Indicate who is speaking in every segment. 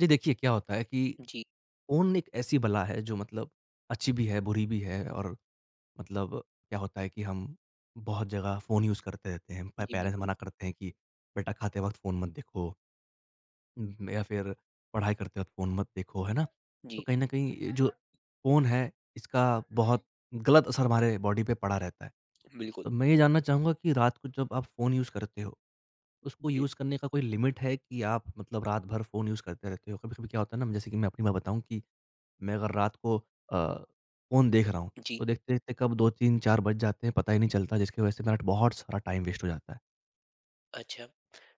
Speaker 1: जी, देखिए क्या होता है कि
Speaker 2: जी,
Speaker 1: फ़ोन एक ऐसी बला है जो मतलब अच्छी भी है, बुरी भी है और मतलब क्या होता है कि हम बहुत जगह फ़ोन यूज़ करते रहते हैं। पे
Speaker 2: जी,
Speaker 1: पेरेंट्स
Speaker 2: बिल्कुल।
Speaker 1: मना करते हैं कि बेटा खाते वक़्त फ़ोन मत देखो या फिर पढ़ाई करते वक़्त फ़ोन मत देखो, है ना? तो
Speaker 2: जी,
Speaker 1: कहीं न कहीं ये जो फ़ोन है इसका बहुत गलत असर हमारे बॉडी पे पड़ा रहता है।
Speaker 2: बिल्कुल।
Speaker 1: तो मैं ये जानना चाहूँगा कि रात को जब आप फ़ोन यूज़ करते हो, उसको
Speaker 2: जी,
Speaker 1: यूज़ करने का कोई लिमिट है कि आप मतलब रात भर फ़ोन यूज़ करते रहते हो? कभी-कभी क्या होता है ना जैसे कि मैं अपनी बात बताऊँ कि मैं अगर रात को अ, फ़ोन देख रहा हूँ,
Speaker 2: जी,
Speaker 1: तो देखते-देखते कब 2, 3, 4 बज जाते हैं पता ही नहीं चलता जिसकी वज़ह से मेरा बहुत सारा टाइम वेस्ट हो जाता है।
Speaker 2: अच्छा।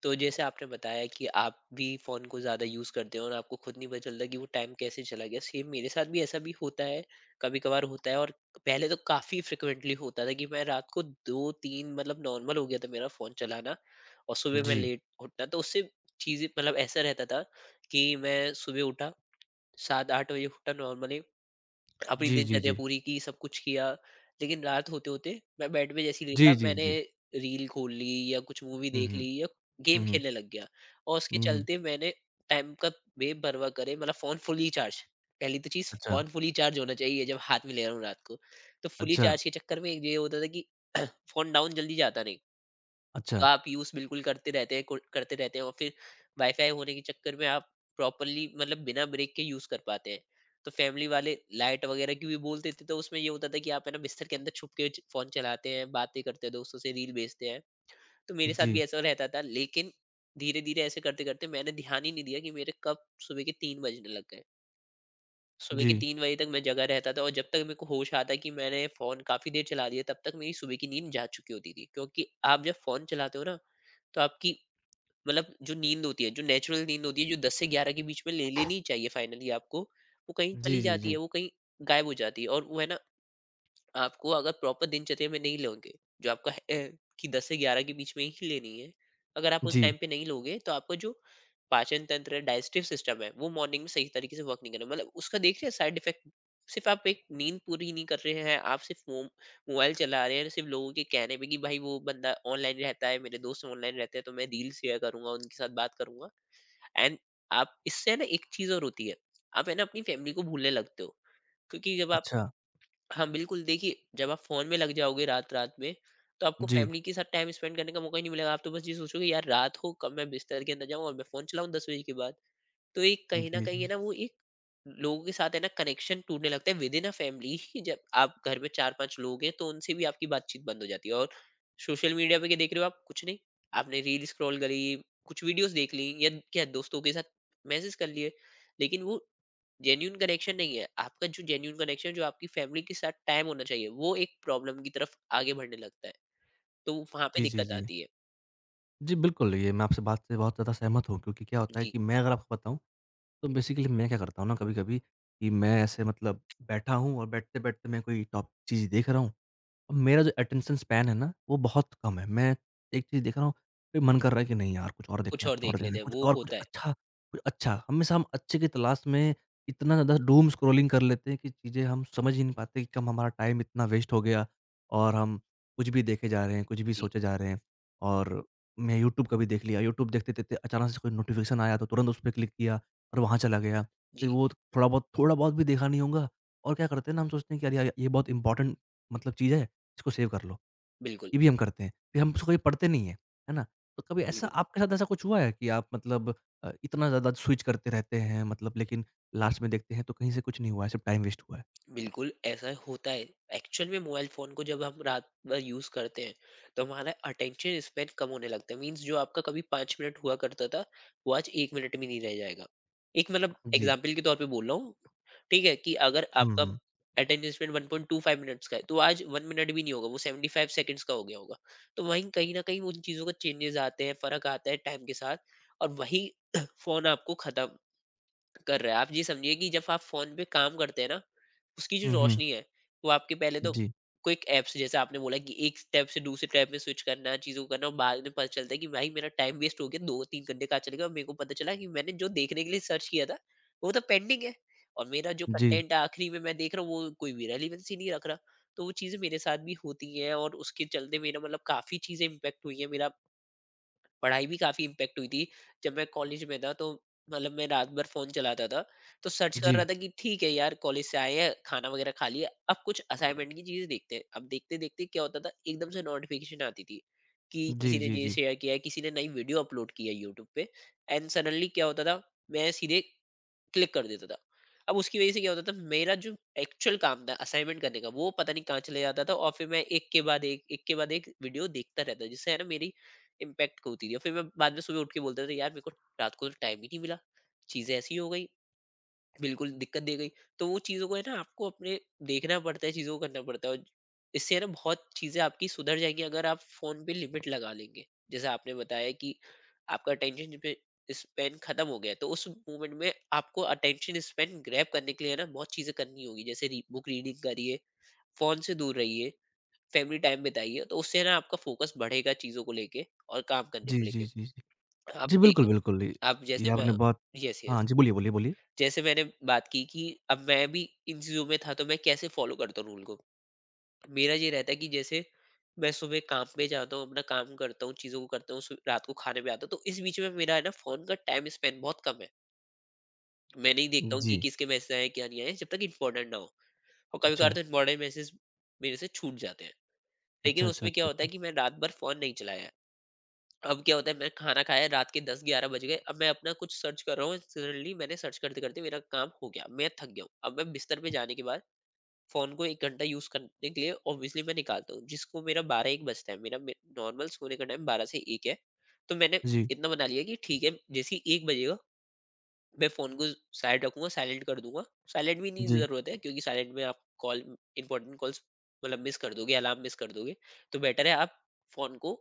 Speaker 2: तो जैसे आपने बताया कि आप भी फ़ोन को ज़्यादा यूज़ करते हो और आपको खुद नहीं पता चलता कि वो टाइम कैसे चला गया। सेम मेरे साथ भी ऐसा भी होता है, कभी-कभार होता है। और पहले तो काफ़ी फ्रीक्वेंटली होता था कि मैं रात को 2-3 मतलब नॉर्मल हो गया था मेरा फ़ोन चलाना और सुबह मैं
Speaker 1: जी।
Speaker 2: लेट उठना। तो उससे चीज़ें मतलब ऐसा रहता था कि मैं सुबह उठा, 7-8 बजे उठा नॉर्मली, अपनी
Speaker 1: जी, जी,
Speaker 2: दिनचर्या
Speaker 1: जी।
Speaker 2: पूरी की, सब कुछ किया, लेकिन रात होते-होते मैं बेड पे जैसे ही लेटा,
Speaker 1: जी, जी,
Speaker 2: मैंने
Speaker 1: जी।
Speaker 2: रील खोल ली या कुछ मूवी
Speaker 1: हुँ,
Speaker 2: देख
Speaker 1: हुँ।
Speaker 2: ली या
Speaker 1: हुँ,
Speaker 2: गेम
Speaker 1: हुँ।
Speaker 2: खेलने लग गया। और उसके
Speaker 1: हुँ, हुँ।
Speaker 2: चलते मैंने टाइम का बेपरवाह करे मतलब फ़ोन फुली चार्ज, पहली तो चीज़
Speaker 1: अच्छा,
Speaker 2: फ़ोन फुली चार्ज होना चाहिए जब हाथ में ले रहा हूँ रात को। तो फुली
Speaker 1: अच्छा,
Speaker 2: चार्ज के चक्कर में एक ये होता था कि फ़ोन डाउन जल्दी जाता नहीं। तो
Speaker 1: अच्छा।
Speaker 2: आप यूज़ बिल्कुल करते रहते हैं, कुल करते रहते हैं और फिर वाईफ़ाई होने के चक्कर में आप प्रॉपर्ली मतलब बिना ब्रेक के यूज़ कर पाते हैं। तो फ़ैमिली वाले लाइट वग़ैरह की भी बोलते थे, तो उसमें ये होता था कि आप है ना बिस्तर के अंदर छुप के च फ़ोन चलाते हैं, बातें करते हैं, दोस्तों से रील भेजते हैं। तो मेरे साथ भी
Speaker 1: जी,
Speaker 2: ऐसा रहता था। लेकिन धीरे-धीरे ऐसे करते-करते मैंने ध्यान ही नहीं दिया कि मेरे कब सुबह के 3 बजने लग गए। सुबह के
Speaker 1: जी।
Speaker 2: 3 बजे तक मैं जगा रहता था और जब तक मेरे को होश आता कि मैंने फ़ोन काफ़ी देर चला दिया, तब तक मेरी सुबह की नींद जा चुकी होती थी। क्योंकि आप जब फ़ोन चलाते हो ना, तो आपकी मतलब जो नींद होती है, जो नेचुरल नींद होती है, जो 10 से 11 के बीच में ले लेनी चाहिए फाइनली आपको, वो कहीं
Speaker 1: जी,
Speaker 2: चली
Speaker 1: जी,
Speaker 2: जाती है,
Speaker 1: जी।
Speaker 2: वो कहीं गायब हो जाती है। और वो है ना, आपको अगर प्रॉपर दिनचर्या में नहीं लोगे, जो आपका है कि 10 से 11 के बीच में ही लेनी है, अगर आप उस
Speaker 1: जी।
Speaker 2: टाइम पे नहीं लोगे, तो आपको जो पाचन तंत्र है, डाइजेस्टिव सिस्टम है, वो मॉर्निंग में सही तरीके से वर्क नहीं कर रहा, मतलब उसका देख रहे हैं साइड इफेक्ट। सिर्फ आप एक नींद पूरी नहीं कर रहे हैं, आप सिर्फ मोबाइल चला रहे हैं सिर्फ लोगों के कहने पे कि भाई वो बंदा ऑनलाइन रहता है, मेरे दोस्त ऑनलाइन रहते हैं, तो मैं रील शेयर करूंगा, उनके साथ बात करूंगा। एंड आप इससे ना एक चीज और होती है, आप है ना अपनी फैमिली को भूलने लगते हो, क्योंकि जब आप,
Speaker 1: अच्छा।
Speaker 2: हाँ, बिल्कुल देखिए, जब आप फ़ोन में लग जाओगे रात-रात में, तो आपको
Speaker 1: जी।
Speaker 2: फ़ैमिली के साथ टाइम स्पेंड करने का मौका ही नहीं मिलेगा। आप तो बस ये सोचोगे, यार रात हो, कब मैं बिस्तर के अंदर जाऊँ और मैं फ़ोन चलाऊँ 10 बजे के बाद। तो एक कहीं न
Speaker 1: जी,
Speaker 2: कहीं है
Speaker 1: जी।
Speaker 2: ना वो एक, लोगों के साथ है ना कनेक्शन टूटने लगता है विदिन अ फ़ैमिली ही। जब आप घर में 4-5 लोग हैं, तो उनसे भी आपकी बातचीत बंद हो जाती है। और सोशल मीडिया पे क्या देख रहे हो आप? कुछ नहीं, आपने रील स्क्रॉल करी, कुछ वीडियोज़ देख ली या क्या दोस्तों के साथ मैसेज कर लिए। लेकिन वो जेन्यून कनेक्शन नहीं है आपका। जो जेन्यून कनेक्शन जो आपकी फैमिली के साथ टाइम होना चाहिए, वो एक प्रॉब्लम की तरफ आगे बढ़ने लगता है। तो वहां पे
Speaker 1: जी, जी,
Speaker 2: दिक्कत
Speaker 1: जी।
Speaker 2: आती है।
Speaker 1: जी, बिल्कुल, ये मैं आपसे बात से बहुत ज़्यादा सहमत हूँ क्योंकि क्या होता है
Speaker 2: जी।
Speaker 1: कि मैं अगर आपको बताऊँ, तो बेसिकली मैं क्या करता हूँ ना कभी-कभी कि मैं ऐसे मतलब बैठा हूँ और बैठते-बैठते मैं कोई टॉप चीज़ देख रहा हूँ। अब मेरा जो अटेंशन स्पैन है ना, वो बहुत कम है। मैं एक चीज़ देख रहा हूँ, फिर मन कर रहा है कि नहीं यार कुछ और देखना
Speaker 2: कुछ
Speaker 1: है,
Speaker 2: और
Speaker 1: कुछ और
Speaker 2: देख
Speaker 1: देखना
Speaker 2: लेते
Speaker 1: है,
Speaker 2: हैं,
Speaker 1: कुछ
Speaker 2: वो
Speaker 1: और कुछ
Speaker 2: होता है।
Speaker 1: अच्छा कुछ अच्छा। हमेशा हम अच्छे की तलाश में इतना ज़्यादा डूम स्क्रॉलिंग कर लेते हैं कि चीज़ें हम समझ ही नहीं पाते कि कम हमारा टाइम इतना वेस्ट हो गया और हम कुछ भी देखे जा रहे हैं, कुछ भी
Speaker 2: जी,
Speaker 1: सोचे जा रहे हैं। और मैं यूट्यूब का भी देख लिया, यूट्यूब देखते-देखते अचानक से कोई नोटिफ़िकेशन आया तो तुरंत उस पे क्लिक किया और वहाँ चला गया।
Speaker 2: जी।
Speaker 1: फिर वो थोड़ा बहुत भी देखा नहीं होगा और क्या करते हैं ना हम सोचते हैं कि अरे यार ये बहुत इम्पोर्टेंट मतलब चीज़ है। इसको सेव कर लो।
Speaker 2: बिल्कुल।
Speaker 1: ये भी हम करते हैं। फिर हम उसको कभी पढ़ते नहीं हैं। है ना? तो कभी ऐसा
Speaker 2: बिल्कुल।
Speaker 1: आपके साथ ऐसा कुछ हुआ है कि आप मतलब इतना ज़्यादा स्विच करते रहते हैं मतलब लेकिन लास्ट में देखते हैं तो कहीं से कुछ नहीं हुआ है, सिर्फ़ टाइम वेस्ट हुआ है?
Speaker 2: बिल्कुल, ऐसा होता है। एक्चुअल में मोबाइल फ़ोन को जब हम रात भर यूज़ करते हैं, तो हमारा अटेंशन स्पैन कम होने लगता है। मीन्स जो आपका कभी 5 मिनट हुआ करता था, वो आज 1 मिनट भी नहीं रह जाएगा। एक मतलब
Speaker 1: जी।
Speaker 2: एग्ज़ाम्पल के तौर पे बोल रहा हूँ, ठीक है? कि अगर
Speaker 1: हुँ,
Speaker 2: आपका
Speaker 1: हुँ।
Speaker 2: अटेंशन स्पैन 1.25 मिनट्स का है, तो आज 1 मिनट भी नहीं होगा, वो 75 सेकंड्स का हो गया होगा। तो वहीं कहीं न कहीं उन चीज़ों का चेंजेज़ आते हैं, फ़र्क आता है टाइम के साथ। और वही फ़ोन आपको खत्म कर रहा है। आप ये समझिए कि जब आप फ़ोन पे काम करते हैं ना, उसकी जो
Speaker 1: हुँ, हुँ।
Speaker 2: रोशनी है, वो आपके पहले तो
Speaker 1: जी,
Speaker 2: क्विक ऐप्स जैसे आपने बोला कि एक टैब से दूसरे टैब में स्विच करना, चीज़ों को करना, और बाद में पता चलता है कि भाई मेरा टाइम वेस्ट हो गया, 2-3 घंटे कहाँ चले गए, और मेरे को पता चला कि मैंने जो देखने के लिए सर्च किया था, वो तो पेंडिंग है और मेरा जो
Speaker 1: जी,
Speaker 2: कंटेंट आखिरी में मैं देख रहा हूँ, वो कोई भी रेलेवेंसी नहीं रख रहा। तो वो चीज़ें मेरे साथ भी होती हैं और उसके चलते मेरा मतलब काफ़ी चीज़ें इम्पैक्ट हुई हैं। मेरा पढ़ाई भी काफ़ी इम्पैक्ट हुई थी। जब मैं कॉलेज में था, तो मतलब मैं रात भर फ़ोन चलाता था, तो सर्च कर रहा
Speaker 1: जी।
Speaker 2: था कि ठीक है यार, कॉलेज से आए हैं, खाना वग़ैरह खा लिया, अब कुछ असाइनमेंट की चीज़ देखते हैं। अब देखते-देखते क्या होता था, एकदम से नोटिफ़िकेशन आती थी, कि किसी
Speaker 1: जी,
Speaker 2: ने
Speaker 1: जी,
Speaker 2: ये
Speaker 1: जी।
Speaker 2: शेयर किया है, किसी ने नई वीडियो अपलोड की है यूट्यूब पे। एंड सडनली क्या होता था, मैं सीधे क्लिक कर देता था। अब उसकी वज़ह से क्या होता था, मेरा जो एक्चुअल काम था असाइनमेंट करने का, वो पता नहीं कहाँ चले जाता था और फिर मैं एक के बाद एक, एक के बाद एक वीडियो देखता रहता, जिससे है ना मेरी इम्पैक्ट होती थी। और फिर मैं बाद में सुबह उठ के बोलता था, यार मेरे को रात को तो टाइम ही नहीं मिला। चीज़ें ऐसी हो गई। बिल्कुल दिक्कत दे गई। तो वो चीज़ों को है ना आपको अपने देखना पड़ता है, चीज़ों को करना पड़ता है। और इससे है ना बहुत चीज़ें आपकी सुधर जाएंगी, अगर आप फ़ोन पे लिमिट लगा लेंगे। जैसे आपने बताया कि आपका अटेंशन स्पैन खत्म हो गया, तो उस मोमेंट में आपको अटेंशन स्पैन ग्रैब करने के लिए है ना बहुत चीज़ें करनी होगी। जैसे बुक रीडिंग करिए, फ़ोन से दूर रहिए, फैमिली टाइम बिताइए, तो उससे ना आपका फोकस बढ़ेगा चीज़ों को लेके और काम करने
Speaker 1: जी,
Speaker 2: को
Speaker 1: जी,
Speaker 2: लेके।
Speaker 1: जी, जी।
Speaker 2: आप
Speaker 1: जी, बिल्कुल,
Speaker 2: देखिए,
Speaker 1: बिल्कुल।
Speaker 2: आप
Speaker 1: ये
Speaker 2: जैसे मैं,
Speaker 1: आपने बहुत
Speaker 2: यस,
Speaker 1: हाँ
Speaker 2: यस,
Speaker 1: जी, बोलिए, बोलिए, बोलिए।
Speaker 2: जैसे मैंने बात की कि अब मैं भी इन चीज़ों में था, तो मैं कैसे फॉलो करता हूँ रूल को। मेरा ये रहता है कि जैसे मैं सुबह काम पे जाता हूँ, अपना काम करता हूँ, चीज़ों को करता हूँ, सु रात को खाने पे आता हूँ, तो इस बीच में मेरा है ना फ़ोन का टाइम स्पेंड बहुत कम है। मैं नहीं देखता हूँ कि
Speaker 1: जी।
Speaker 2: किसके मैसेज आए हैं, क्या नहीं आए हैं, जब तक इम्पोर्टेंट ना हो। और कभी-कभार
Speaker 1: अच्छा।
Speaker 2: तो इम्पोर्टेंट मैसेज मेरे से छूट जाते हैं। लेकिन
Speaker 1: अच्छा, अच्छा,
Speaker 2: उसमें क्या
Speaker 1: अच्छा,
Speaker 2: होता है
Speaker 1: अच्छा।
Speaker 2: कि मैं रात भर फ़ोन नहीं चलाया है। अब क्या होता है, मैं खाना खाया, रात के 10-11 बज गए, अब मैं अपना कुछ सर्च कर रहा हूँ, सडनली मैंने सर्च करते-करते मेरा काम हो गया, मैं थक गया हूँ। अब मैं बिस्तर पे जाने के बाद फोन को 1 घंटा यूज़ करने के लिए ऑब्वियसली मैं निकालता हूँ, जिसको मेरा 12-1 बजता है, मेरा मे नॉर्मल सोने का टाइम 12 से 1 है। तो मैंने
Speaker 1: जी,
Speaker 2: इतना बना लिया कि ठीक है, जैसे ही 1 बजेगा, मैं फ़ोन को साइड रखूँगा, साइलेंट कर दूँगा। साइलेंट भी नहीं
Speaker 1: जी।
Speaker 2: ज़रूरत है, क्योंकि साइलेंट में आप कॉल, इम्पोर्टेंट कॉल्स मतलब मिस कर दोगे, अलार्म मिस कर दोगे। तो बेटर है आप फ़ोन को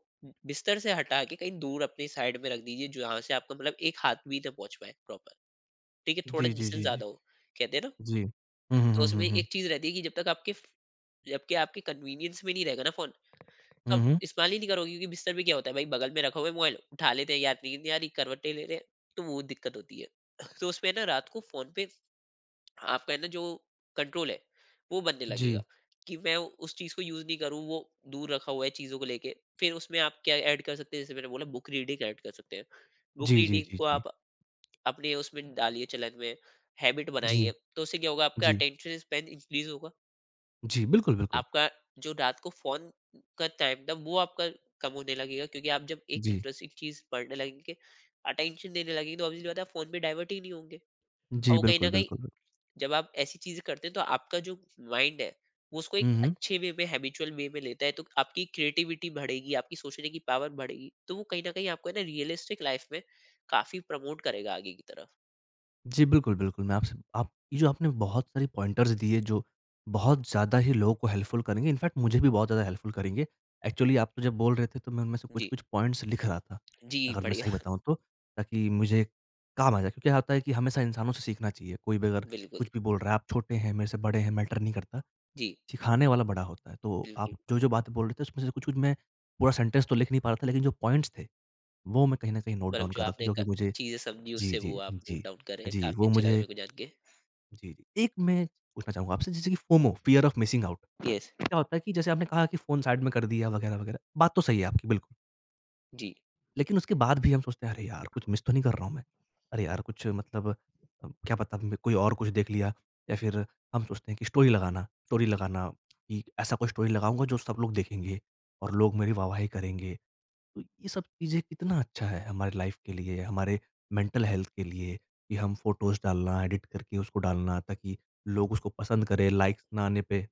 Speaker 2: बिस्तर से हटा के कहीं दूर अपनी साइड में रख दीजिए, जहाँ से आपका मतलब एक हाथ भी ना पहुँच पाए प्रॉपर, ठीक है? थोड़ा
Speaker 1: जी, जी,
Speaker 2: डिस्टेंस
Speaker 1: जी, जी।
Speaker 2: ज़्यादा हो, कहते हैं ना।
Speaker 1: जी। हुँ, हुँ,
Speaker 2: तो
Speaker 1: हुँ,
Speaker 2: उसमें
Speaker 1: हुँ, हुँ।
Speaker 2: एक चीज़ रहती है कि जब कि आपके कन्वीनियंस में नहीं रहेगा ना फ़ोन, तो
Speaker 1: हुँ,
Speaker 2: आप
Speaker 1: हुँ।
Speaker 2: इस्तेमाल ही नहीं करोगे क्योंकि बिस्तर में क्या होता है भाई बगल में रखा हुआ है मोबाइल, उठा लेते हैं याद नहीं कि यार नींद आ रही, करवटें ले रहे हैं, तो वो दिक्कत होती है। तो उसमें ना रात को फ़ोन पे आपका है ना जो कंट्रोल है, वो बनने
Speaker 1: जी।
Speaker 2: लगेगा कि मैं उस चीज़ को यूज़ नहीं करूँ, वो दूर रखा हुआ है चीज़ों को लेके। फिर उसमें आप क्या ऐड कर सकते हैं जैसे मैंने बोला बुक रीडिंग ऐड कर सकते हैं। बुक
Speaker 1: जी, जी,
Speaker 2: रीडिंग
Speaker 1: जी,
Speaker 2: को
Speaker 1: जी।
Speaker 2: आप अपने उसमें डालिए चलन में, हैबिट बनाइए,
Speaker 1: जी,
Speaker 2: तो उससे क्या होगा आपका
Speaker 1: जी।
Speaker 2: अटेंशन स्पैन इंक्रीज़ होगा।
Speaker 1: जी, बिल्कुल, बिल्कुल।
Speaker 2: आपका जो रात को फ़ोन का टाइम था वो आपका कम होने लगेगा क्योंकि आप जब एक
Speaker 1: जी।
Speaker 2: इंटरेस्टिंग चीज़ पढ़ने लगेंगे, अटेंशन देने लगेंगे तो ऑब्वियसली बात है आप फ़ोन पे डाइवर्ट ही नहीं होंगे। और
Speaker 1: जी,
Speaker 2: वो कहीं न
Speaker 1: बिल्कुल,
Speaker 2: कहीं
Speaker 1: बिल्कुल, बिल्कुल।
Speaker 2: जब आप ऐसी चीज़ें करते हैं तो आपका जो माइंड है, वो उसको
Speaker 1: हुँ,
Speaker 2: एक
Speaker 1: हुँ।
Speaker 2: अच्छे वे में हैबिचुअल वे में लेता है तो आपकी क्रिएटिविटी बढ़ेगी, आपकी सोचने की पावर बढ़ेगी। तो वो कहीं न कहीं आपको है ना रियलिस्टिक लाइफ़ में काफ़ी प्रमोट करेगा आगे की तरफ।
Speaker 1: जी, बिल्कुल, बिल्कुल, मैं आपसे आप ये जो आपने बहुत सारी पॉइंटर्स दिए जो बहुत ज़्यादा ही लोगों को हेल्पफुल करेंगे, इनफैक्ट मुझे भी बहुत ज़्यादा हेल्पफुल करेंगे। एक्चुअली आप तो जब बोल रहे थे तो मैं उनमें से
Speaker 2: जी।
Speaker 1: कुछ-कुछ पॉइंट्स लिख रहा था,
Speaker 2: जी,
Speaker 1: अगर मैं
Speaker 2: बढ़िया।
Speaker 1: सही बताऊँ तो, ताकि मुझे काम आ जाए। क्योंकि होता है कि हमेशा इंसानों से सीखना चाहिए, कोई भी अगर
Speaker 2: बिल्कुल।
Speaker 1: कुछ भी बोल रहा है, आप छोटे हैं, मेरे से बड़े हैं, मैटर नहीं करता,
Speaker 2: जी,
Speaker 1: सिखाने वाला बड़ा होता है। तो
Speaker 2: बिल्कुल।
Speaker 1: आप जो-जो बातें बोल रहे थे उसमें से कुछ-कुछ मैं पूरा सेंटेंस तो लिख नहीं पा रहा था लेकिन जो पॉइंट्स थे वो मैं कहीं न कहीं नोट
Speaker 2: मतलब
Speaker 1: डाउन
Speaker 2: जो
Speaker 1: कर रहा था
Speaker 2: आपने
Speaker 1: जो कि मुझे
Speaker 2: चीजें समझी
Speaker 1: जी,
Speaker 2: उससे वो
Speaker 1: जी,
Speaker 2: आप नोट
Speaker 1: जी।
Speaker 2: डाउन करें
Speaker 1: जी,
Speaker 2: काफी
Speaker 1: वो
Speaker 2: अच्छा लगा
Speaker 1: मुझे
Speaker 2: मेरे को जान के।
Speaker 1: जी, जी। एक मैं पूछना चाहूँगा आपसे जैसे कि FOMO fear of missing out
Speaker 2: yes.
Speaker 1: क्या होता है कि जैसे आपने कहा कि फ़ोन साइड में कर दिया वगैरह-वगैरह, बात तो सही है आपकी बिल्कुल।
Speaker 2: जी।
Speaker 1: लेकिन उसके बाद भी हम सोचते हैं अरे यार! कुछ मिस तो नहीं कर रहा हूँ मैं। अरे यार! कुछ मतलब क्या पता मैं कोई और कुछ देख लिया या फिर हम सोचते हैं कि स्टोरी लगाना कि ऐसा कोई स्टोरी लगाऊँगा जो सब लोग देखेंगे और लोग मेरी वाह-वाही करेंगे। तो ये सब चीज़ें कितना अच्छा है हमारे लाइफ के लिए, हमारे मेंटल हेल्थ के लिए कि हम फ़ोटोज़ डालना, एडिट करके उसको डालना ताकि लोग उसको पसंद करें, लाइक्स ना आने पे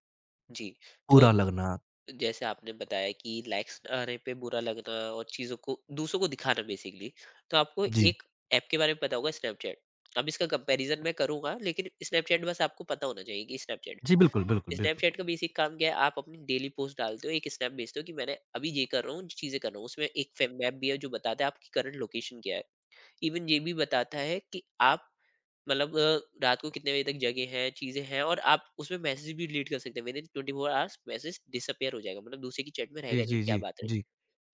Speaker 2: जी। तो
Speaker 1: बुरा लगना।
Speaker 2: जैसे आपने बताया कि लाइक्स आने पे बुरा लगना और चीजों को दूसरों को दिखाना बेसिकली तो आपको
Speaker 1: जी,
Speaker 2: एक ऐप के बारे में पता होगा स्नैपचैट। अब इसका कंपैरिजन मैं करूंगा लेकिन स्नैपचैट बस आपको पता होना चाहिए कि स्नैपचैट
Speaker 1: जी, बिल्कुल, बिल्कुल, बिल्कुल।
Speaker 2: स्नैपचैट का बेसिक काम क्या है, आप अपनी डेली पोस्ट डालते हो, एक स्नैप भेजते हो कि मैंने अभी ये कर रहा हूँ, चीजें कर रहा हूँ। उसमें एक मैप भी है जो बताता है आपकी करंट लोकेशन क्या है। इवन ये भी बताता है कि आप मतलब रात को कितने बजे तक जगे हैं, चीज़ें हैं। और आप उसमें मैसेज भी डिलीट कर सकते हैं। विदिन 24 आवर्स मैसेज डिसअपियर हो जाएगा। मतलब दूसरे की चैट में रहेगा
Speaker 1: जी,
Speaker 2: नहीं,
Speaker 1: जी,
Speaker 2: क्या
Speaker 1: जी,
Speaker 2: बात रही।
Speaker 1: जी,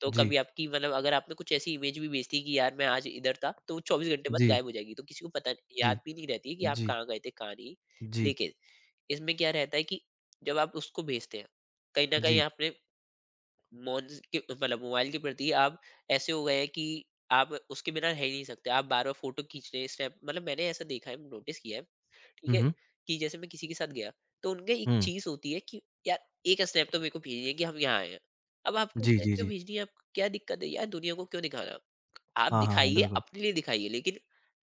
Speaker 2: तो
Speaker 1: जी,
Speaker 2: कभी आपकी मतलब अगर आपने कुछ ऐसी इमेज भी भेज दी कि यार मैं आज इधर था, तो वो 24 घंटे बाद
Speaker 1: जी,
Speaker 2: गायब हो जाएगी। तो किसी को पता नहीं,
Speaker 1: जी,
Speaker 2: याद भी नहीं रहती है कि आप
Speaker 1: जी,
Speaker 2: कहाँ गए थे, कहाँ नहीं।
Speaker 1: जी,
Speaker 2: लेकिन इसमें क्या रहता है कि जब आप उसको भेजते हैं, कहीं न कहीं
Speaker 1: जी।
Speaker 2: आपने मोन्स के मतलब मोबाइल के प्रति आप ऐसे हो गए हैं कि आप उसके बिना रह ही नहीं सकते। आप बार-बार फ़ोटो खींच रहे हैं, स्नैप, मतलब मैंने ऐसा देखा है, नोटिस किया है। ठीक
Speaker 1: हुँ,
Speaker 2: है?
Speaker 1: हुँ,
Speaker 2: कि जैसे मैं किसी के साथ गया, तो उनके एक
Speaker 1: हुँ।
Speaker 2: चीज़ होती है कि यार एक स्नैप तो मेरे को भेजिए कि हम यहाँ आए हैं। अब आपको
Speaker 1: जी,
Speaker 2: स्नैप
Speaker 1: जी,
Speaker 2: क्यों
Speaker 1: जी।
Speaker 2: भेजनी है? आपको क्या दिक्कत है यार, दुनिया को क्यों दिखाना? आप
Speaker 1: हाँ, हाँ, हाँ,
Speaker 2: दिखाइए,
Speaker 1: बिल्कुल।
Speaker 2: अपने लिए दिखाइए, लेकिन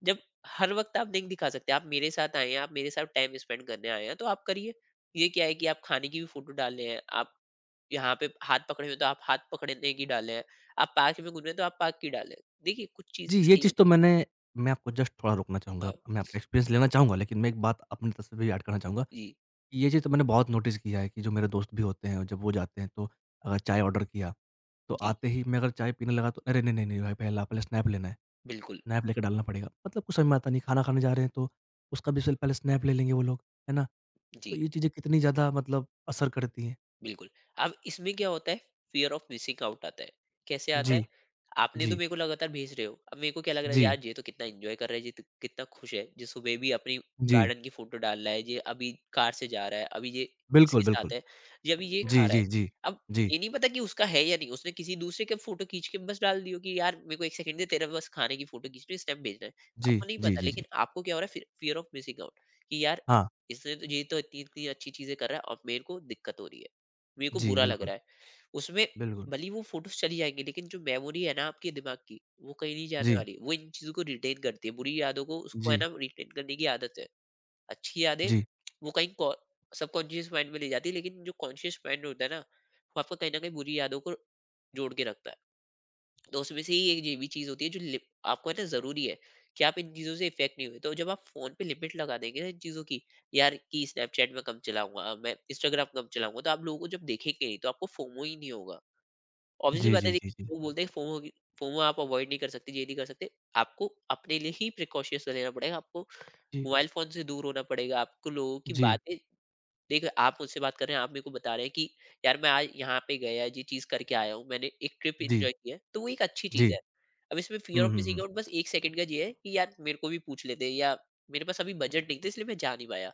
Speaker 2: जब हर वक़्त आप नहीं दिखा सकते, आप मेरे साथ आए हैं, आप मेरे साथ टाइम स्पेंड करने आए हैं, तो आप करिए। ये क्या है कि आप खाने की भी फ़ोटो डाल रहे हैं, आप यहाँ पे हाथ पकड़े हुए तो आप हाथ पकड़ने की डाल रहे हैं, आप पार्क में घूम रहे हैं तो आप पार्क की डाल रहे हैं। देखिए, कुछ
Speaker 1: जी,
Speaker 2: चीज़ें
Speaker 1: ये
Speaker 2: सही
Speaker 1: चीज़
Speaker 2: होती
Speaker 1: तो
Speaker 2: हैं।
Speaker 1: मैंने मैं आपको जस्ट थोड़ा रोकना चाहूँगा,
Speaker 2: हाँ,
Speaker 1: मैं आपका एक्सपीरियंस लेना चाहूँगा लेकिन मैं एक बात अपनी तरफ से भी ऐड करना चाहूँगा।
Speaker 2: जी,
Speaker 1: ये चीज़ तो मैंने बहुत नोटिस किया है कि जो मेरे दोस्त भी होते हैं, जब वो जाते हैं तो अगर चाय ऑर्डर किया, तो
Speaker 2: जी,
Speaker 1: आते ही मैं अगर चाय पीने लगा तो अरे! नहीं, नहीं, नहीं भाई पहला पहले स्नैप लेना है,
Speaker 2: बिल्कुल।
Speaker 1: स्नैप लेके डालना पड़ेगा। मतलब कुछ समझ में आता नहीं, खाना खाने जा रहे हैं तो उसका भी सिर्फ पहले स्नैप ले लेंगे वो लोग, है ना? तो
Speaker 2: जी।
Speaker 1: ये चीज़ें कितनी ज़्यादा मतलब असर करती हैं।
Speaker 2: बिल्कुल। अब इसमें क्या होता है, फ़ियर ऑफ मिसिंग आउट आता है। कैसे आता
Speaker 1: जी,
Speaker 2: है? आपने तो
Speaker 1: जी,
Speaker 2: मेरे को लगातार भेज रहे हो। अब मेरे को क्या लग रहा है,
Speaker 1: जी,
Speaker 2: यार ये तो कितना एन्जॉय कर रहा है, ये तो कितना खुश है। ये सुबह भी अपनी
Speaker 1: जी।
Speaker 2: गार्डन की फ़ोटो डाल रहा है, ये अभी कार से जा रहा है, अभी ये
Speaker 1: बिल्कुल,
Speaker 2: इसके साथ
Speaker 1: बिल्कुल।
Speaker 2: है, ये अभी ये खा
Speaker 1: जी,
Speaker 2: रहा है।
Speaker 1: जी, जी।
Speaker 2: अब
Speaker 1: जी,
Speaker 2: ये नहीं पता कि उसका है या नहीं, उसने किसी दूसरे की फ़ोटो खींच के बस डाल दी हो कि यार मेरे को 1 सेकंड दे, तेरा बस खाने की फ़ोटो खींचनी है, स्नैप भेजना है।
Speaker 1: जी,
Speaker 2: आपको नहीं
Speaker 1: जी,
Speaker 2: पता,
Speaker 1: जी,
Speaker 2: लेकिन
Speaker 1: जी।
Speaker 2: आपको क्या हो रहा है फ़िर, फ़ियर ऑफ मिसिंग आउट कि यार
Speaker 1: हाँ,
Speaker 2: इसने तो, ये तो इतनी-इतनी अच्छी चीज़ें कर रहा है और मेरे को दिक्कत हो रही है। मेरे को
Speaker 1: जी,
Speaker 2: बुरा लग
Speaker 1: बिल्कुल,
Speaker 2: रहा है उसमें।
Speaker 1: बिल्कुल।
Speaker 2: भले ही वो फोटोज चली जाएंगी, लेकिन जो मेमोरी है ना आपके दिमाग की, वो कहीं नहीं जाने
Speaker 1: जी,
Speaker 2: वाली। वो इन चीजों को रिटेन करती है, बुरी यादों को उसको है
Speaker 1: जी,
Speaker 2: ना रिटेन करने की आदत है। अच्छी यादें
Speaker 1: जी।
Speaker 2: वो कहीं सबकॉन्शियस माइंड में ले जाती है, लेकिन जो कॉन्शियस माइंड होता है ना, वो आपको कहीं ना कहीं बुरी यादों को जोड़ के रखता है। तो उसमें से ही एक ये भी चीज़ होती है जो लिप, आपको है ना ज़रूरी है कि आप इन चीज़ों से इफ़ेक्ट नहीं हुए। तो जब आप फ़ोन पे लिमिट लगा देंगे ना इन चीज़ों की, यार कि स्नैपचैट मैं कम चलाऊँगा, मैं इंस्टाग्राम कम चलाऊँगा, तो आप लोगों को जब देखेंगे नहीं, तो आपको फ़ोमो ही नहीं होगा। ऑब्वियसली
Speaker 1: जी,
Speaker 2: बात
Speaker 1: जी,
Speaker 2: है,
Speaker 1: जी, जी।
Speaker 2: लोग बोलते हैं फ़ोमो की, फ़ोमो आप अवॉइड नहीं कर सकते, ये नहीं कर सकते। आपको अपने लिए ही प्रिकॉशंस लेना पड़ेगा, आपको
Speaker 1: जी,
Speaker 2: मोबाइल फ़ोन से दूर होना पड़ेगा, आपको लोगों की
Speaker 1: जी,
Speaker 2: बातें। देखिए, आप मुझसे बात कर रहे हैं, आप मेरे को बता रहे हैं कि यार मैं आज यहाँ पे गया, ये चीज़ करके आया हूँ, मैंने एक ट्रिप
Speaker 1: जी,
Speaker 2: एन्जॉय की है, तो वो एक अच्छी
Speaker 1: जी।
Speaker 2: चीज़ है। अब इसमें fear
Speaker 1: hmm,
Speaker 2: of
Speaker 1: hmm,
Speaker 2: missing
Speaker 1: hmm.
Speaker 2: Out बस 1 सेकंड का ये है कि यार मेरे को भी पूछ लेते, या मेरे पास अभी बजट नहीं था इसलिए मैं जा नहीं पाया।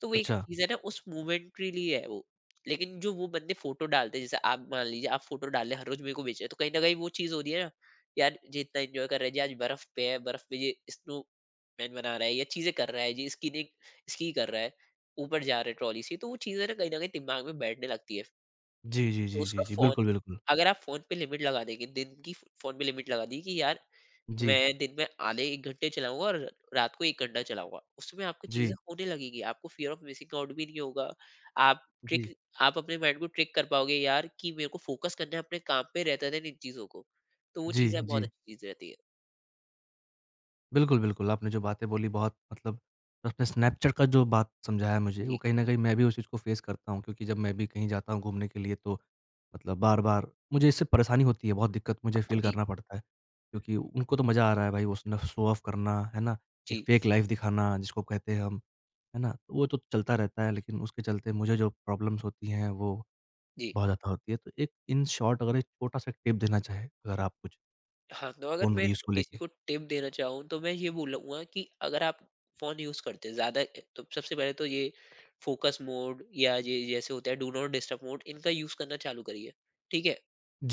Speaker 2: तो वो एक
Speaker 1: अच्छा।
Speaker 2: चीज है ना, उस मोमेंट्रीली है वो। लेकिन जो वो बंदे फोटो डालते हैं, जैसे आप मान लीजिए आप फोटो डाल रहे हैं हर रोज, मेरे को भेज रहे हैं, तो कहीं ना कहीं वो चीज हो रही है ना, यार ये इतना एंजॉय कर रहा है, जी आज बर्फ पे है, बर्फ पे ये स्नो मैन बना रहा है या चीजें कर रहा है, जी स्कीनिंग, स्की कर रहा है, ऊपर जा रहा है ट्रॉली से। तो वो चीजें ना कहीं दिमाग में बैठने लगती है।
Speaker 1: जी, जी,
Speaker 2: तो
Speaker 1: जी,
Speaker 2: उसका
Speaker 1: जी, जी।
Speaker 2: फोन,
Speaker 1: बिल्कुल, बिल्कुल।
Speaker 2: अगर आप फोन पे लिमिट लगा देंगे दिन की, फोन पे लिमिट लगा दी कि यार मैं
Speaker 1: जी,
Speaker 2: दिन में आधे 1 घंटे चलाऊँगा और रात को 1 घंटा चलाऊँगा। उसमें आपको चीज़ें
Speaker 1: जी,
Speaker 2: होने लगेगी, आपको फ़ियर ऑफ मिसिंग आउट भी नहीं होगा। आप ट्रिक
Speaker 1: जी,
Speaker 2: आप अपने माइंड को ट्रिक कर पाओगे यार कि मेरे को फोकस करना है अपने काम पे, रहता था इन चीज़ों को। तो वो
Speaker 1: जी,
Speaker 2: चीज़ें बहुत
Speaker 1: जी।
Speaker 2: अच्छी चीज़ रहती है।
Speaker 1: बिल्कुल, बिल्कुल, आपने जो बातें बोली बहुत मतलब आपने स्नैपचैट का जो बात समझाया मुझे, वो
Speaker 2: जी,
Speaker 1: कहीं न कहीं मैं भी उस चीज़ को फ़ेस करता हूँ क्योंकि जब मैं भी कहीं जाता हूँ घूमने के लिए तो मतलब बार-बार मुझे इससे परेशानी होती है, बहुत दिक्कत मुझे फ़ील
Speaker 2: जी,
Speaker 1: करना पड़ता है। क्योंकि उनको तो मज़ा आ रहा है भाई, वो उसने शो ऑफ करना, है ना? एक
Speaker 2: जी,
Speaker 1: फेक लाइफ़ दिखाना जिसको कहते हैं हम, है ना? तो वो तो चलता रहता है लेकिन उसके चलते मुझे जो प्रॉब्लम्स होती हैं वो
Speaker 2: जी।
Speaker 1: बहुत ज़्यादा होती है। तो एक इन शॉर्ट अगर एक छोटा-सा टिप देना चाहें, अगर आप कुछ
Speaker 2: हाँ, तो अगर
Speaker 1: फ़ोन
Speaker 2: मैं
Speaker 1: यूज़ को
Speaker 2: किसी
Speaker 1: लेके?
Speaker 2: को टिप देना चाहूँ तो मैं ये बोलूँगा कि अगर आप फ़ोन यूज़ करते हैं ज़्यादा, तो सबसे पहले तो ये फोकस मोड या ये जैसे होता है डू नॉट डिस्टर्ब मोड, इनका यूज़ करना चालू करिए। ठीक है?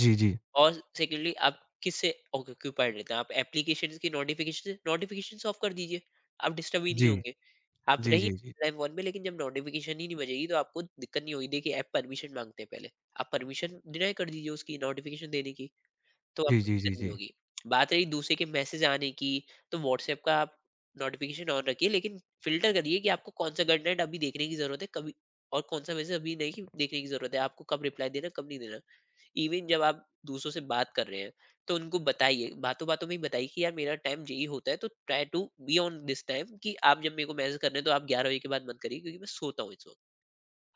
Speaker 1: जी, जी।
Speaker 2: और सेकेंडली आप किससे ऑक्यूपाइड रहते हैं? आप एप्लीकेशंस की नोटिफिकेशन नोटिफिकेशंस ऑफ कर दीजिए, आप डिस्टर्ब ही नहीं
Speaker 1: जी।
Speaker 2: होंगे। आप
Speaker 1: जी,
Speaker 2: रहिए
Speaker 1: जी, जी।
Speaker 2: लाइव वन में, लेकिन जब नोटिफिकेशन ही नहीं बजेगी तो आपको दिक्कत नहीं होगी। देखिए, ऐप परमिशन माँगते हैं पहले, आप परमिशन डिनाई कर दीजिए उसकी नोटिफिकेशन देने की, तो
Speaker 1: जी,
Speaker 2: आपको
Speaker 1: जी, जी,
Speaker 2: दिक्कत नहीं
Speaker 1: जी।
Speaker 2: होगी। बात रही दूसरे के मैसेज आने की, तो व्हाट्सऐप का आप नोटिफिकेशन ऑन रखिए, लेकिन फ़िल्टर करिए कि आपको कौन-सा कंटेंट अभी देखने की ज़रूरत है, कभी और कौन-सा मैसेज अभी नहीं देखने की ज़रूरत है, आपको कब रिप्लाई देना, कब नहीं देना। इवन जब आप दूसरों से बात कर रहे हैं, तो उनको बताइए, बातों बातों में ही बताइए कि यार मेरा टाइम यही होता है, तो try to be on this time. कि आप जब मेरे को मैसेज कर रहे हैं तो आप 11 बजे के बाद मत करिए क्योंकि मैं सोता हूँ इस वक्त।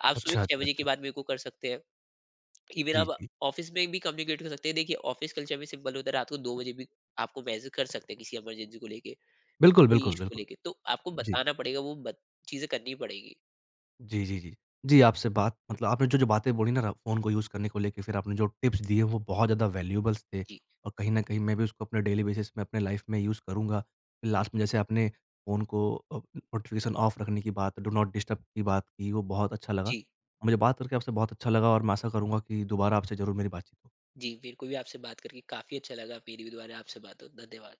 Speaker 2: आप सुबह
Speaker 1: अच्छा,
Speaker 2: छह
Speaker 1: अच्छा,
Speaker 2: बजे के
Speaker 1: अच्छा।
Speaker 2: बाद मेरे को कर सकते हैं। इवन
Speaker 1: जी,
Speaker 2: आप
Speaker 1: जी।
Speaker 2: ऑफिस में भी कम्युनिकेट कर सकते हैं। देखिए, ऑफिस कल्चर में सिंपल होता है, रात को 2 बजे भी आपको मैसेज कर सकते हैं किसी इमरजेंसी को लेके,
Speaker 1: बिल्कुल,
Speaker 2: कोई
Speaker 1: बिल्कुल,
Speaker 2: इशू को
Speaker 1: बिल्कुल।
Speaker 2: लेके, तो आपको
Speaker 1: जी।
Speaker 2: बताना पड़ेगा वो चीजें करनी पड़ेगी।
Speaker 1: जी, जी, जी। जी, आपसे बात मतलब आपने जो-जो बातें बोली ना र फ़ोन को यूज़ करने को लेके फिर आपने जो टिप्स दिए वो बहुत ज़्यादा वैल्यूएबल्स थे
Speaker 2: जी।
Speaker 1: और कहीं न कहीं मैं भी उसको अपने डेली बेसिस में अपने लाइफ़ में यूज़ करूँगा।
Speaker 2: जी।
Speaker 1: लास्ट में जैसे आपने फ़ोन को नोटिफ़िकेशन ऑफ रखने की बात, डू नॉट डिस्टर्ब की बात की, वो बहुत अच्छा लगा।
Speaker 2: जी।
Speaker 1: मुझे बात करके आपसे बहुत अच्छा लगा और मैं आशा करूँगा कि दोबारा आपसे ज़रूर मेरी बातचीत हो।
Speaker 2: जी। मेरे को भी आपसे बात करके काफी अच्छा लगा। मेरी भी दोबारा आपसे बात हो। धन्यवाद।